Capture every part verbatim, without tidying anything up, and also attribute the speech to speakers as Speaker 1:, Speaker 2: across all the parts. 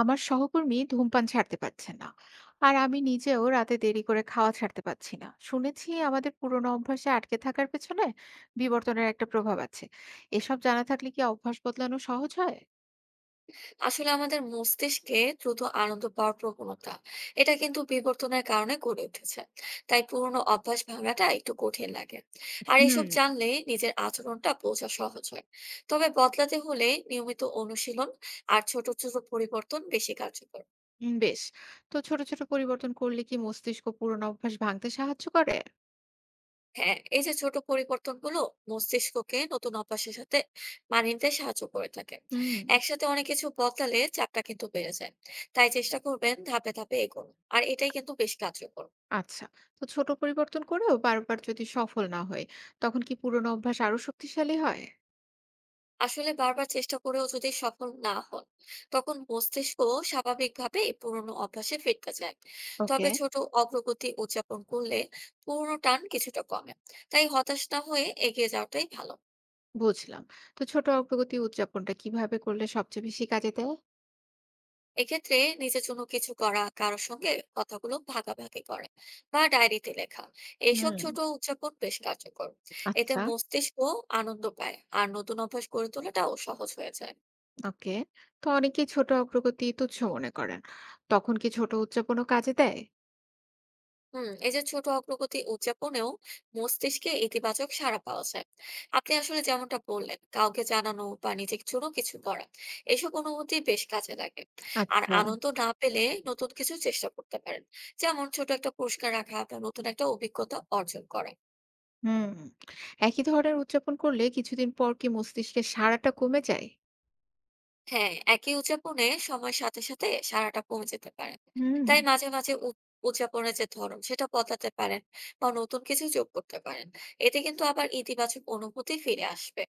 Speaker 1: আমার সহকর্মী ধূমপান ছাড়তে পারছে না। আর আমি নিজেও রাতে দেরি করে খাওয়া ছাড়তে পারছি না। শুনেছি আমাদের পুরোনো অভ্যাসে আটকে থাকার পেছনে বিবর্তনের একটা প্রভাব আছে। এসব জানা থাকলে কি অভ্যাস বদলানো সহজ হয়?
Speaker 2: আসলে আমাদের মস্তিষ্কে দ্রুত আনন্দ পাওয়ার প্রবণতা এটা কিন্তু বিবর্তনের কারণে গড়ে উঠেছে। তাই পুরোনো অভ্যাস ভাঙাটা একটু কঠিন লাগে। আর
Speaker 1: হুম।
Speaker 2: এসব জানলে নিজের আচরণটা বোঝা সহজ হয়। তবে বদলাতে হলে নিয়মিত অনুশীলন আর ছোট ছোট পরিবর্তন বেশি কার্যকর।
Speaker 1: হুম, বেশ। তো ছোট ছোট পরিবর্তন করলে কি মস্তিষ্ক পুরোনো অভ্যাস ভাঙতে সাহায্য করে?
Speaker 2: হ্যাঁ, এই যে ছোট পরিবর্তনগুলো মস্তিষ্ককে নতুন অভ্যাসের সাথে মানিয়ে নিতে সাহায্য করে থাকে।
Speaker 1: হুম।
Speaker 2: একসাথে অনেক কিছু বদলালে চাপটা কিন্তু বেড়ে যায়। তাই চেষ্টা করবেন ধাপে ধাপে এগোনো, আর এটাই কিন্তু বেশ কার্যকর।
Speaker 1: আচ্ছা। তো ছোট পরিবর্তন করেও বারবার যদি সফল না হয়, তখন কি পুরোনো অভ্যাস আরো শক্তিশালী হয়?
Speaker 2: আসলে বারবার চেষ্টা করেও যদি সফল না হন, তখন মস্তিষ্ক স্বাভাবিকভাবে এই পুরোনো অভ্যাসে ফিরতে যায়।
Speaker 1: ওকে।
Speaker 2: তবে ছোট অগ্রগতি উদযাপন করলে পুরোনো টান কিছুটা কমে। তাই হতাশ না হয়ে এগিয়ে যাওয়াটাই ভালো।
Speaker 1: বুঝলাম। তো ছোট অগ্রগতি উদযাপনটা কিভাবে করলে সবচেয়ে বেশি কাজে দেয়?
Speaker 2: এক্ষেত্রে নিজের জন্য কিছু করা, কারোর সঙ্গে কথাগুলো ভাগাভাগি করে বা ডায়েরিতে লেখা, এইসব
Speaker 1: হুম,
Speaker 2: ছোট উদযাপন বেশ কার্যকর। এতে
Speaker 1: আচ্ছা।
Speaker 2: মস্তিষ্ক আনন্দ পায় আর নতুন অভ্যাস গড়ে তোলাটাও সহজ হয়ে যায়।
Speaker 1: ওকে। তো অনেকেই ছোট অগ্রগতি তুচ্ছ মনে করেন। তখন কি ছোট উদযাপনও কাজে দেয়?
Speaker 2: হুম, এই যে ছোট অগ্রগতি উদযাপনেও মস্তিষ্কে ইতিবাচক সাড়া পাওয়া যায়। আপনি আসলে যেমনটা বললেন, কাউকে জানানো বা নিজের জন্য কিছু করা, এসব অনুভূতি বেশ কাজে লাগে। আর
Speaker 1: আচ্ছা।
Speaker 2: আনন্দ না পেলে নতুন কিছু চেষ্টা করতে পারেন, যেমন ছোট একটা পুরস্কার রাখা বা নতুন একটা অভিজ্ঞতা অর্জন করা।
Speaker 1: হুম। একই ধরনের উদযাপন করলে কিছুদিন পর কি মস্তিষ্কের সাড়াটা কমে যায়?
Speaker 2: হ্যাঁ, একই উদযাপনে সময়ের সাথে সাথে সাড়াটা কমে যেতে পারে।
Speaker 1: হুম।
Speaker 2: তাই মাঝে মাঝে উদ- উদযাপনের যে ধরন সেটা বদলাতে পারেন বা নতুন কিছু যোগ করতে পারেন। এতে কিন্তু আবার ইতিবাচক অনুভূতি ফিরে আসবে।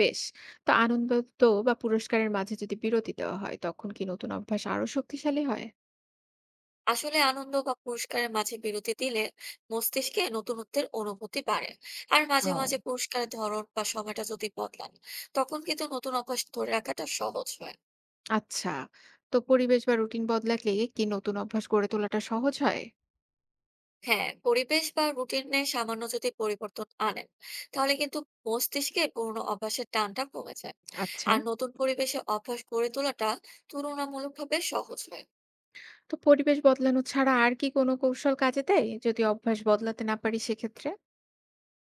Speaker 1: বেশ। তো আনন্দ তো বা পুরস্কারের মাঝে যদি বিরতি দেওয়া হয়, তখন কি নতুন অভ্যাস আরো শক্তিশালী হয়?
Speaker 2: আসলে আনন্দ বা পুরস্কারের মাঝে বিরতি দিলে মস্তিষ্কে নতুনত্বের অনুভূতি বাড়ে। আর মাঝে মাঝে
Speaker 1: ও।
Speaker 2: পুরস্কারের ধরন বা সময়টা যদি বদলান, তখন কিন্তু নতুন অভ্যাস ধরে রাখাটা সহজ হয়।
Speaker 1: আচ্ছা। তো পরিবেশ বা রুটিন বদলালে কি নতুন অভ্যাস গড়ে তোলাটা সহজ হয়?
Speaker 2: হ্যাঁ, পরিবেশ বা রুটিনে সামান্য যদি পরিবর্তন আনেন, তাহলে কিন্তু মস্তিষ্কে পুরোনো অভ্যাসের টানটা কমে যায়।
Speaker 1: আচ্ছা।
Speaker 2: আর নতুন পরিবেশে অভ্যাস গড়ে তোলাটা তুলনামূলকভাবে সহজ হয়।
Speaker 1: তো পরিবেশ বদলানো ছাড়া আর কি কোনো কৌশল কাজে দেয় যদি অভ্যাস বদলাতে না পারি সেক্ষেত্রে?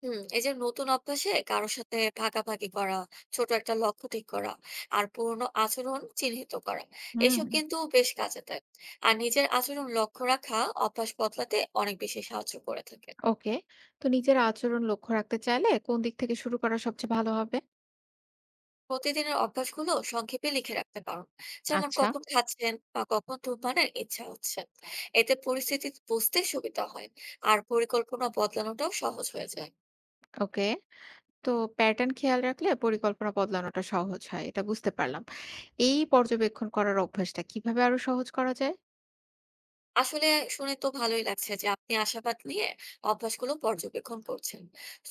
Speaker 2: হুম, এই যে নতুন অভ্যাসে কারো সাথে ভাগাভাগি করা, ছোট একটা লক্ষ্য ঠিক করা আর পুরনো আচরণ চিহ্নিত করা,
Speaker 1: হুম।
Speaker 2: এসব কিন্তু বেশ কাজে দেয়। আর নিজের আচরণ লক্ষ্য রাখা অভ্যাস বদলাতে অনেক বেশি সাহায্য করে থাকে।
Speaker 1: ওকে। তো নিজের আচরণ লক্ষ্য রাখতে চাইলে কোন দিক থেকে শুরু করা সবচেয়ে ভালো হবে?
Speaker 2: প্রতিদিনের অভ্যাসগুলো সংক্ষেপে লিখে রাখতে পারো, যেমন
Speaker 1: আচ্ছা।
Speaker 2: কখন খাচ্ছেন বা কখন ধূমপানের ইচ্ছা হচ্ছে। এতে পরিস্থিতি বুঝতে সুবিধা হয় আর পরিকল্পনা বদলানোটাও সহজ হয়ে যায়।
Speaker 1: ওকে। তো প্যাটার্ন খেয়াল রাখলে পরিকল্পনা বদলানোটা সহজ হয়, এটা বুঝতে পারলাম। এই পর্যবেক্ষণ করার অভ্যাসটা কিভাবে আরো সহজ করা যায়?
Speaker 2: আসলে শুনে তো ভালোই লাগছে যে আপনি আশাবাদ নিয়ে অভ্যাসগুলো পর্যবেক্ষণ করছেন।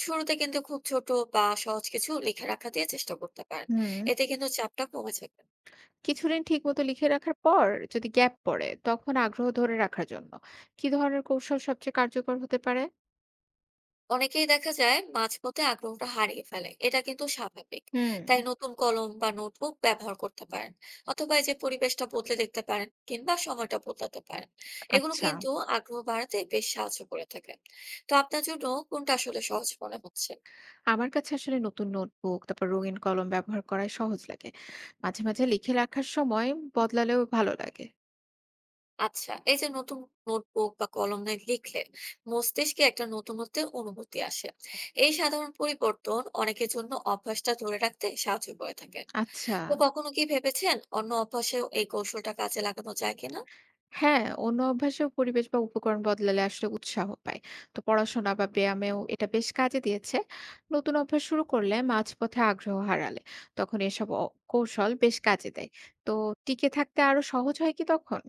Speaker 2: শুরুতে কিন্তু খুব ছোট বা সহজ কিছু লিখে রাখা দিয়ে চেষ্টা করতে পারেন।
Speaker 1: হুম।
Speaker 2: এতে কিন্তু চাপটা কমে যাবে।
Speaker 1: কিছুদিন ঠিক মতো লিখে রাখার পর যদি গ্যাপ পড়ে, তখন আগ্রহ ধরে রাখার জন্য কি ধরনের কৌশল সবচেয়ে কার্যকর হতে পারে?
Speaker 2: অনেকেই দেখা যায় মাঝপথে আগ্রহটা হারিয়ে ফেলে, এটা কিন্তু স্বাভাবিক।
Speaker 1: হুম।
Speaker 2: তাই নতুন কলম বা নোটবুক ব্যবহার করতে পারেন, অথবা এই যে পরিবেশটা বদলে দেখতে পারেন, কিংবা সময়টা বদলাতে পারেন। এগুলো
Speaker 1: আচ্ছা।
Speaker 2: কিন্তু আগ্রহ বাড়াতে বেশ সাহায্য করে থাকে। তো আপনার জন্য কোনটা আসলে সহজ মনে হচ্ছে?
Speaker 1: আমার কাছে আসলে নতুন নোটবুক, তারপর রঙিন কলম ব্যবহার করাই সহজ লাগে। মাঝে মাঝে লিখে রাখার সময় বদলালেও ভালো লাগে।
Speaker 2: আচ্ছা, এই যে নতুন নোটবুক বা কলম নিয়ে লিখলে মস্তিষ্কে একটা নতুনত্ব অনুভূতি আসে। এই সাধারণ পরিবর্তন অনেকের জন্য অভ্যাসটা ধরে রাখতে সাহায্য করে থাকে।
Speaker 1: আচ্ছা।
Speaker 2: তো কখনো কি ভেবেছেন অন্য অভ্যাসেও এই কৌশলটা কাজে লাগানো যায় কিনা?
Speaker 1: হ্যাঁ, অন্য অভ্যাসেও পরিবেশ বা উপকরণ বদলালে আসলে উৎসাহ পায়। তো পড়াশোনা বা ব্যায়ামেও এটা বেশ কাজে দিয়েছে। নতুন অভ্যাস শুরু করলে মাঝপথে আগ্রহ হারালে তখন এসব অ- কৌশল বেশ কাজে দেয়। তো টিকে থাকতে আরো সহজ হয় কি তখন?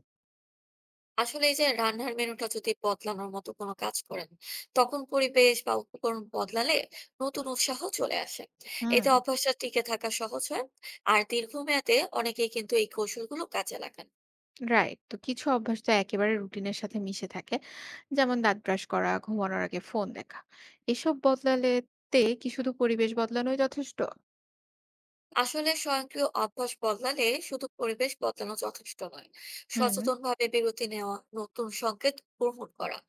Speaker 2: আসলে এই যে রান্নার মেনুটা যদি বদলানোর মতো কোনো কাজ করেন, তখন পরিবেশ বা উপকরণ বদলালে নতুন উৎসাহ চলে আসে। এতে
Speaker 1: হুম।
Speaker 2: অভ্যাসটা টিকে থাকা সহজ হয়। আর দীর্ঘমেয়াদে অনেকেই কিন্তু এই কৌশলগুলো কাজে লাগান।
Speaker 1: রাইট। তো কিছু অভ্যাস তো একেবারে রুটিনের সাথে মিশে থাকে, যেমন দাঁত ব্রাশ করা, ঘুমানোর আগে ফোন দেখা। এসব বদলালে তে কি শুধু পরিবেশ বদলানোই যথেষ্ট?
Speaker 2: আসলে স্বয়ংক্রিয় অভ্যাস বদলালে শুধু পরিবেশ বদলানো যথেষ্ট নয়।
Speaker 1: হুম।
Speaker 2: সচেতনভাবে বিরতি নেওয়া, নতুন সংকেত গ্রহণ করা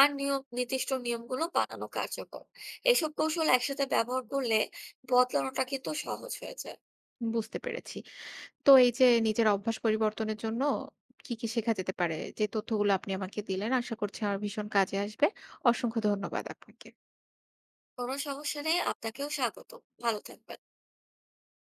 Speaker 2: আর নিয়ম নির্দিষ্ট নিয়মগুলো বানানো কার্যকর। এসব কৌশল একসাথে ব্যবহার করলে বদলানোটা কিন্তু সহজ হয়ে যায়।
Speaker 1: বুঝতে পেরেছি। তো এই যে নিজের অভ্যাস পরিবর্তনের জন্য কি কি শেখা যেতে পারে, যে তথ্যগুলো আপনি আমাকে দিলেন, আশা করছি আমার ভীষণ কাজে আসবে। অসংখ্য ধন্যবাদ আপনাকে।
Speaker 2: কোনো সমস্যা নেই, আপনাকেও স্বাগত। ভালো থাকবেন।